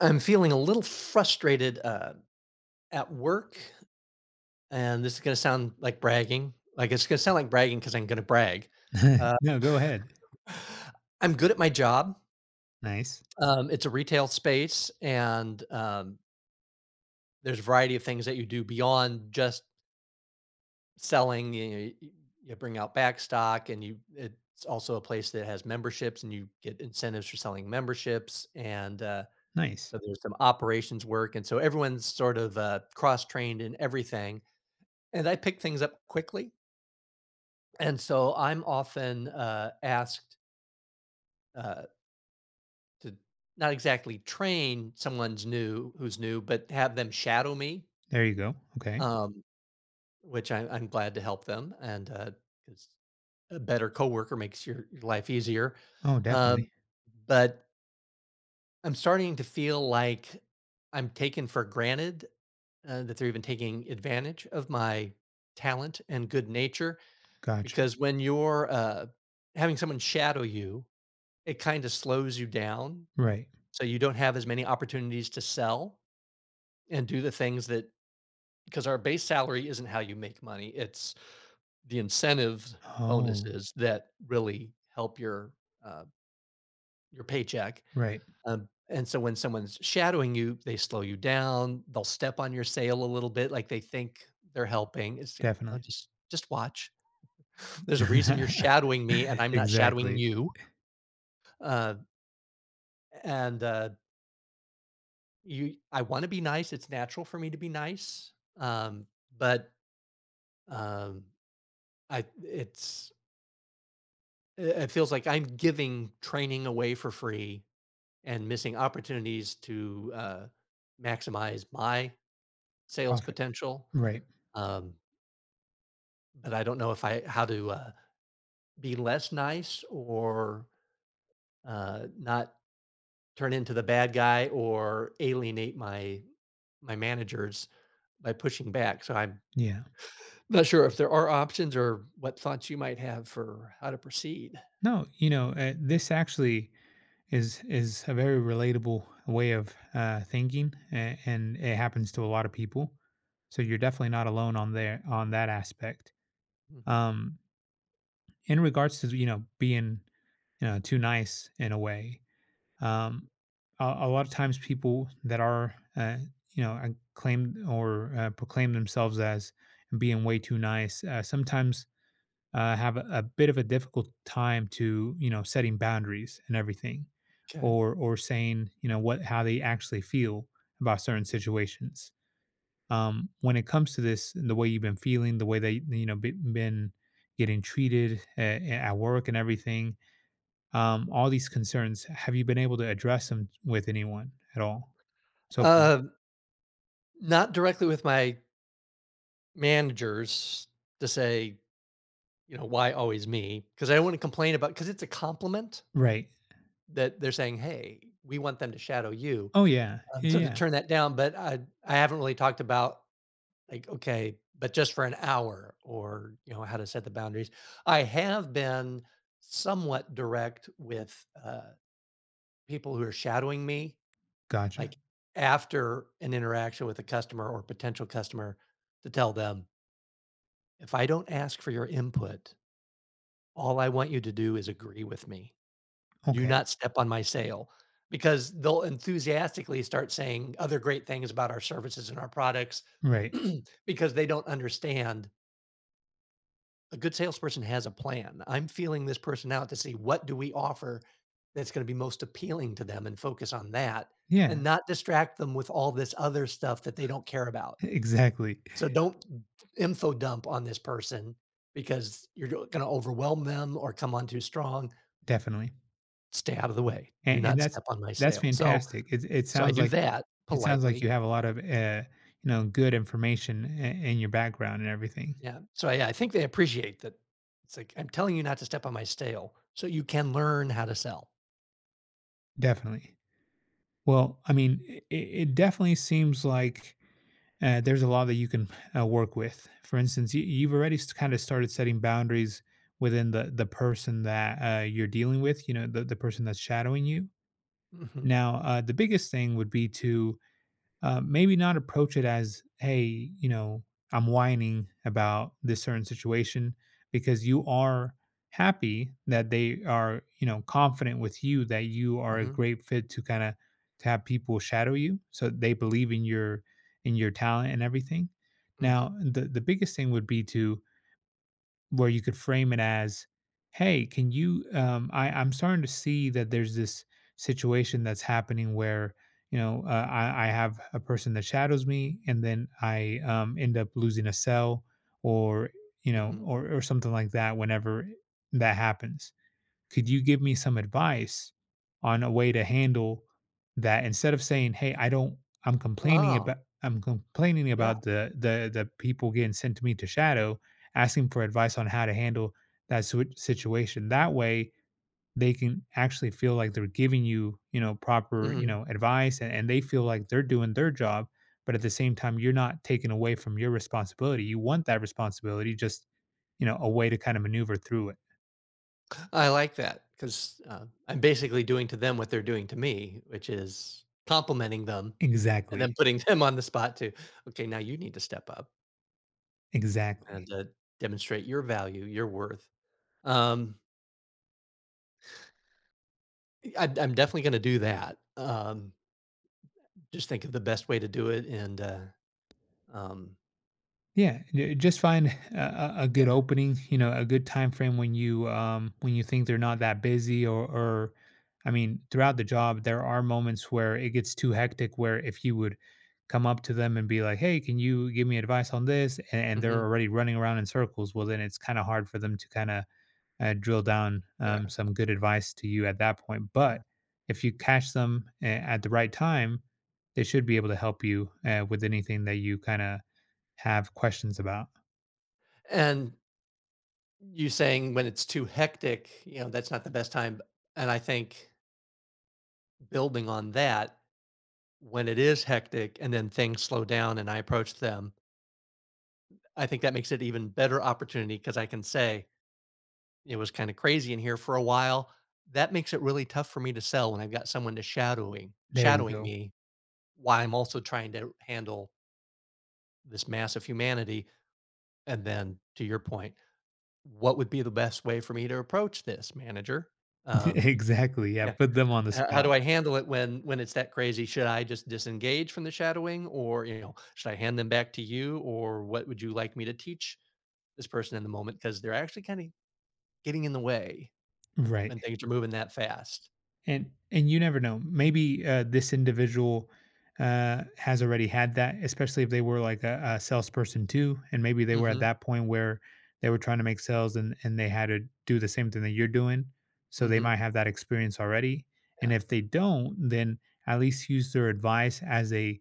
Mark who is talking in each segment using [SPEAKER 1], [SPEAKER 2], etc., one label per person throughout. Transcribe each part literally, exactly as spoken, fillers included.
[SPEAKER 1] I'm feeling a little frustrated uh, at work, and this is going to sound like bragging. Like it's going to sound like bragging because I'm going to brag. Uh,
[SPEAKER 2] No, go ahead.
[SPEAKER 1] I'm good at my job.
[SPEAKER 2] Nice,
[SPEAKER 1] Um, it's a retail space, and um, there's a variety of things that you do beyond just selling. You, know, you, you bring out back stock, and you it's also a place that has memberships, and you get incentives for selling memberships. And uh,
[SPEAKER 2] nice.
[SPEAKER 1] so there's some operations work, and so everyone's sort of uh, cross trained in everything and I pick things up quickly. And so I'm often uh, asked uh, to not exactly train someone's new who's new, but have them shadow me,
[SPEAKER 2] There you go. Okay.
[SPEAKER 1] um, which I, I'm glad to help them. And because a better coworker makes your, your life easier.
[SPEAKER 2] Oh,
[SPEAKER 1] Um,
[SPEAKER 2] definitely.
[SPEAKER 1] but I'm starting to feel like I'm taken for granted uh, that they're even taking advantage of my talent and good nature.
[SPEAKER 2] Gotcha.
[SPEAKER 1] Because when you're, uh, having someone shadow you, it kinda slows you down,
[SPEAKER 2] Right.
[SPEAKER 1] so you don't have as many opportunities to sell and do the things that. Because our base salary isn't how you make money, it's the incentive
[SPEAKER 2] Oh,
[SPEAKER 1] bonuses that really help your, uh, your paycheck,
[SPEAKER 2] right.
[SPEAKER 1] um, and so when someone's shadowing you, they slow you down, they'll step on your sale a little bit, like, they think they're helping, it's like, "Oh,
[SPEAKER 2] Definitely.
[SPEAKER 1] just just watch. There's a reason you're shadowing me, and I'm not shadowing
[SPEAKER 2] Exactly.
[SPEAKER 1] you." Uh and uh, you I want to be nice, it's natural for me to be nice, um, but um, I it's it it feels like I'm giving training away for free and missing opportunities to uh, maximize my sales
[SPEAKER 2] Profit.
[SPEAKER 1] potential,
[SPEAKER 2] Right.
[SPEAKER 1] um, but I don't know if I how to uh, be less nice or uh, not turn into the bad guy or alienate my my managers by pushing back, so I'm
[SPEAKER 2] Yeah.
[SPEAKER 1] not sure if there are options or what thoughts you might have for how to proceed.
[SPEAKER 2] No, you know, uh, this actually is is a very relatable way of uh, thinking, a- and it happens to a lot of people. So you're definitely not alone on there on that aspect.
[SPEAKER 1] Mhm.
[SPEAKER 2] Um, in regards to, you know, being, you know, too nice in a way, Um, a, a lot of times, people that are, uh, you know, uh, claimed or uh, proclaim themselves as being way too nice, uh, sometimes uh, have a, a bit of a difficult time to, you know, setting boundaries and everything,
[SPEAKER 1] Okay,
[SPEAKER 2] or or saying, you know, what how they actually feel about certain situations. Um, when it comes to this, the way you've been feeling, the way they, you know, be, been getting treated at, at work and everything, um, all these concerns, have you been able to address them with anyone at all so far?
[SPEAKER 1] Uh, not directly with my managers to say, you know, "Why always me because I don't wanna complain about because it's a compliment
[SPEAKER 2] Right.
[SPEAKER 1] that they're saying, 'Hey, we want them to shadow you.'"
[SPEAKER 2] Oh, yeah.
[SPEAKER 1] Um,
[SPEAKER 2] Yeah,
[SPEAKER 1] so to
[SPEAKER 2] yeah.
[SPEAKER 1] turn that down, but I I haven't really talked about like, okay, but just for an hour or, you know, how to set the boundaries. I have been somewhat direct with uh, people who are shadowing me,
[SPEAKER 2] Gotcha.
[SPEAKER 1] like after an interaction with a customer or potential customer, to tell them, if I don't ask for your input, all I want you to do is agree with me. Do
[SPEAKER 2] Okay.
[SPEAKER 1] not step on my sale because they'll enthusiastically start saying other great things about our services and our products
[SPEAKER 2] Right.
[SPEAKER 1] because they don't understand a good salesperson has a plan. I'm feeling this person out to see what do we offer that's going to be most appealing to them and focus on that
[SPEAKER 2] Yeah,
[SPEAKER 1] and not distract them with all this other stuff that they don't care about.
[SPEAKER 2] exactly.
[SPEAKER 1] So don't info dump on this person because you're going to overwhelm them or come on too strong.
[SPEAKER 2] Definitely.
[SPEAKER 1] Stay out of the way. Do
[SPEAKER 2] And, and
[SPEAKER 1] not
[SPEAKER 2] that's
[SPEAKER 1] step on my
[SPEAKER 2] that's
[SPEAKER 1] sale. So
[SPEAKER 2] fantastic. It it
[SPEAKER 1] so I
[SPEAKER 2] sounds
[SPEAKER 1] do
[SPEAKER 2] like
[SPEAKER 1] that
[SPEAKER 2] it sounds like you
[SPEAKER 1] politely.
[SPEAKER 2] have a lot of uh, you know, good information in, in your background and everything.
[SPEAKER 1] Yeah. So I I think they appreciate that. It's like, "I'm telling you not to step on my stale so you can learn how to sell."
[SPEAKER 2] Definitely. Well, I mean, it, it definitely seems like uh, there's a lot that you can uh, work with. For instance, you, you've already kind of started setting boundaries within the the person that uh, you're dealing with. You know, the the person that's shadowing you.
[SPEAKER 1] Mhm,
[SPEAKER 2] Now, uh, the biggest thing would be to uh, maybe not approach it as, hey, you know, I'm whining about this certain situation because you are happy that they are, you know, confident with you that you are a
[SPEAKER 1] mhm,
[SPEAKER 2] great fit to kind of to have people shadow you. So they believe in your in your talent and everything.
[SPEAKER 1] mhm,
[SPEAKER 2] Now, the the biggest thing would be to where you could frame it as, "Hey, can you, um, I I'm starting to see that there's this situation that's happening where, you know, uh, I I have a person that shadows me and then I, um end up losing a cell or, you know,
[SPEAKER 1] mhm.
[SPEAKER 2] or or something like that whenever that happens." Could you give me some advice on a way to handle that instead of saying, "Hey, I don't I'm complaining
[SPEAKER 1] Oh,
[SPEAKER 2] about I'm complaining
[SPEAKER 1] yeah.
[SPEAKER 2] about the the the people getting sent to me to shadow," asking for advice on how to handle that sit- situation. That way, they can actually feel like they're giving you, you know, proper, you
[SPEAKER 1] Mhm.
[SPEAKER 2] know, advice and, and they feel like they're doing their job, but at the same time you're not taken away from your responsibility. You want that responsibility just, you know, a way to kind of maneuver through it.
[SPEAKER 1] I like that, 'cause, uh, I'm basically doing to them what they're doing to me, which is complimenting them and
[SPEAKER 2] Exactly.
[SPEAKER 1] then putting them on the spot to, "Okay, now you need to step up
[SPEAKER 2] Exactly.
[SPEAKER 1] and, uh, demonstrate your value, your worth." Um, I I'm definitely gonna do that. Um Just think of the best way to do it and, uh, um
[SPEAKER 2] Yeah, j- just find a, a a good
[SPEAKER 1] yeah.
[SPEAKER 2] opening, you know, a good time frame when you, um when you think they're not that busy or or I mean, throughout the job there are moments where it gets too hectic where if you would come up to them and be like, "Hey, can you give me advice on this?" and, and they're
[SPEAKER 1] Mhm.
[SPEAKER 2] already running around in circles, well then it's kind of hard for them to kind of uh, drill down,
[SPEAKER 1] Yeah.
[SPEAKER 2] um, some good advice to you at that point.
[SPEAKER 1] Yeah,
[SPEAKER 2] But if you catch them a- at the right time, they should be able to help you uh, with anything that you kind of have questions
[SPEAKER 1] yeah.
[SPEAKER 2] about.
[SPEAKER 1] And you saying when it's too hectic, you know, that's not the best time, and I think building on that, when it is hectic and then things slow down and I approach them, I think that makes it even better opportunity because I can say, "It was kinda crazy in here for a while." That makes it really tough for me to sell when I've got someone to shadowing
[SPEAKER 2] There you
[SPEAKER 1] shadowing
[SPEAKER 2] go.
[SPEAKER 1] me while I'm also trying to handle this mass of humanity. And then to your point, what would be the best way for me to approach this, manager? Um,
[SPEAKER 2] Exactly, yeah,
[SPEAKER 1] Yeah.
[SPEAKER 2] put them on the
[SPEAKER 1] h- how
[SPEAKER 2] spot.
[SPEAKER 1] do I handle it when when it's that crazy? Should I just disengage from the shadowing, or you know, should I hand them back to you, or what would you like me to teach this person in the moment? Because they're actually kind of getting in the way
[SPEAKER 2] Right.
[SPEAKER 1] when things are moving that fast.
[SPEAKER 2] And and you never know. Maybe uh, this individual uh, has already had that, especially if they were like a, a salesperson too, and maybe they were at
[SPEAKER 1] Hmm.
[SPEAKER 2] that point where they were trying to make sales and and they had to do the same thing that you're doing, so they might
[SPEAKER 1] Hmm.
[SPEAKER 2] have that experience already. And
[SPEAKER 1] Yeah.
[SPEAKER 2] if they don't, then at least use their advice as a,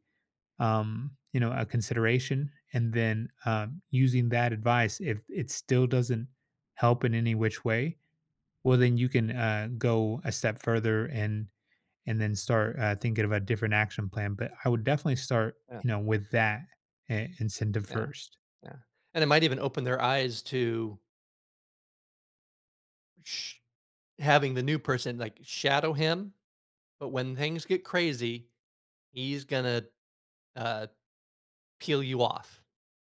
[SPEAKER 2] um, you know, a consideration, and then, um, using that advice if it still doesn't help in any which way, well then you can uh, go a step further and and then start uh, thinking of a different action plan. But I would definitely start,
[SPEAKER 1] Yeah.
[SPEAKER 2] you know, with that uh, incentive
[SPEAKER 1] Yeah.
[SPEAKER 2] first.
[SPEAKER 1] Yeah. And it might even open their eyes to sh- having the new person like shadow him. But when things get crazy, he's gonna, uh, peel you off.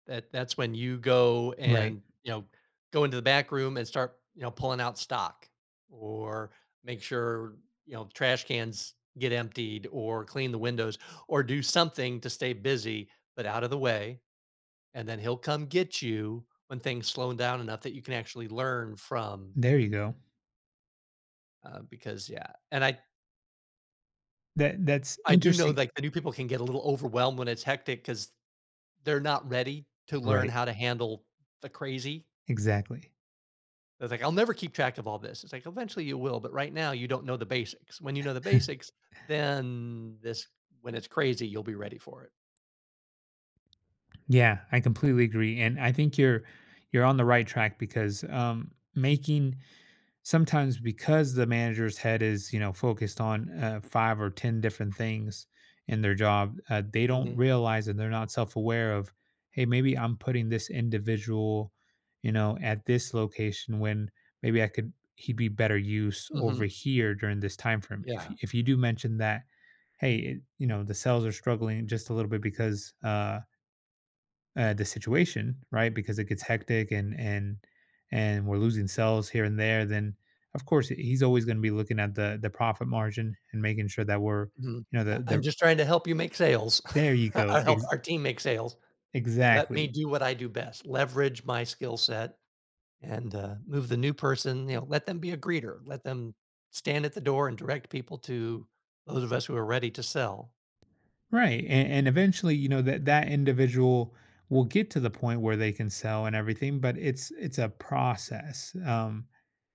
[SPEAKER 1] That that's when you go
[SPEAKER 2] Right.
[SPEAKER 1] and, you know, go into the back room and start, you know, pulling out stock or make sure, you know, trash cans get emptied or clean the windows or do something to stay busy, but out of the way, and then he'll come get you when things slow down enough that you can actually learn from,
[SPEAKER 2] There you go.
[SPEAKER 1] uh, because yeah, and I
[SPEAKER 2] That that's
[SPEAKER 1] I do know,
[SPEAKER 2] interesting.
[SPEAKER 1] like, the new people can get a little overwhelmed when it's hectic because. They're not ready to learn
[SPEAKER 2] Right.
[SPEAKER 1] how to handle the crazy.
[SPEAKER 2] Exactly.
[SPEAKER 1] It's like, "I'll never keep track of all this." It's like, "Eventually you will, but right now you don't know the basics. When you know the basics, then this when it's crazy, you'll be ready for it."
[SPEAKER 2] Yeah, I completely agree, and I think you're you're on the right track because, um, making sometimes because the manager's head is, you know, focused on uh, five or ten different things in their job, uh, they don't
[SPEAKER 1] Mhm,
[SPEAKER 2] realize and they're not self-aware of, hey, maybe I'm putting this individual, you know, at this location when maybe I could he'd be better use over
[SPEAKER 1] mhm,
[SPEAKER 2] here during this time frame. If,
[SPEAKER 1] yeah,
[SPEAKER 2] you- if you do mention that, hey, it, you know, the sales are struggling just a little bit because uh uh, the situation, right? Because it gets hectic and and and we're losing sales here and there, then of course he's always going to be looking at the the profit margin and making sure that we're,
[SPEAKER 1] mhm,
[SPEAKER 2] you know, the
[SPEAKER 1] yeah, I'm
[SPEAKER 2] the
[SPEAKER 1] just trying to help you make sales,
[SPEAKER 2] there you go,
[SPEAKER 1] or help
[SPEAKER 2] ex-
[SPEAKER 1] our team make sales. Let me
[SPEAKER 2] exactly
[SPEAKER 1] do what I do best, leverage my skill set and, uh, move the new person, you know, let them be a greeter, let them stand at the door and direct people to those of us who are ready to sell.
[SPEAKER 2] right. And, and eventually, you know, that that individual will get to the point where they can sell and everything, but it's it's a process, um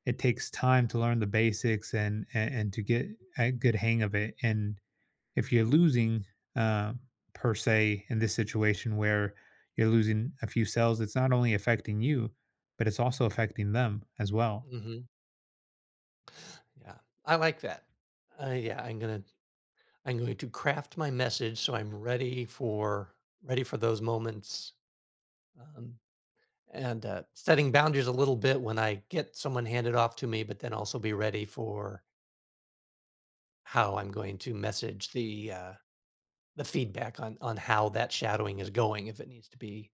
[SPEAKER 2] it takes time to learn the basics and and, and to get a good hang of it. And if you're losing, uh, per se, in this situation where you're losing a few sales, it's not only affecting you, but it's also affecting them as well.
[SPEAKER 1] Mhm. Yeah, I like that. Uh, yeah, I'm gonna I'm going to craft my message so I'm ready for ready for those moments, um, and, uh, setting boundaries a little bit when I get someone handed off to me, but then also be ready for how I'm going to message the, uh, the feedback on on how that shadowing is going if it needs to be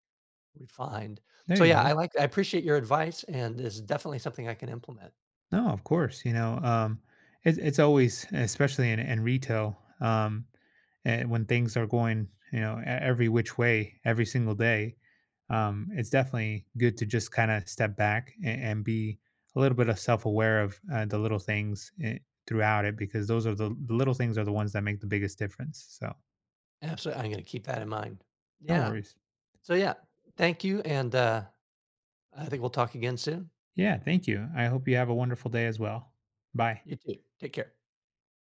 [SPEAKER 1] refined.
[SPEAKER 2] There
[SPEAKER 1] So,
[SPEAKER 2] you
[SPEAKER 1] yeah, I
[SPEAKER 2] go.
[SPEAKER 1] like I appreciate your advice, and this is definitely something I can implement.
[SPEAKER 2] No, of course. You know, um, it, it's always, especially in, in retail, um, eh, when things are going, you know, e- every which way, every single day. Um, it's definitely good to just kind of step back and, and be a little bit of self-aware of uh, the little things eh, throughout it because those are the, the little things are the ones that make the biggest difference. So
[SPEAKER 1] Absolutely, I'm gonna keep that in mind.
[SPEAKER 2] no
[SPEAKER 1] Yeah.
[SPEAKER 2] worries.
[SPEAKER 1] So yeah, thank you, and uh, I think we'll talk again soon.
[SPEAKER 2] Yeah, thank you, I hope you have a wonderful day as well. Bye.
[SPEAKER 1] You too. Take care.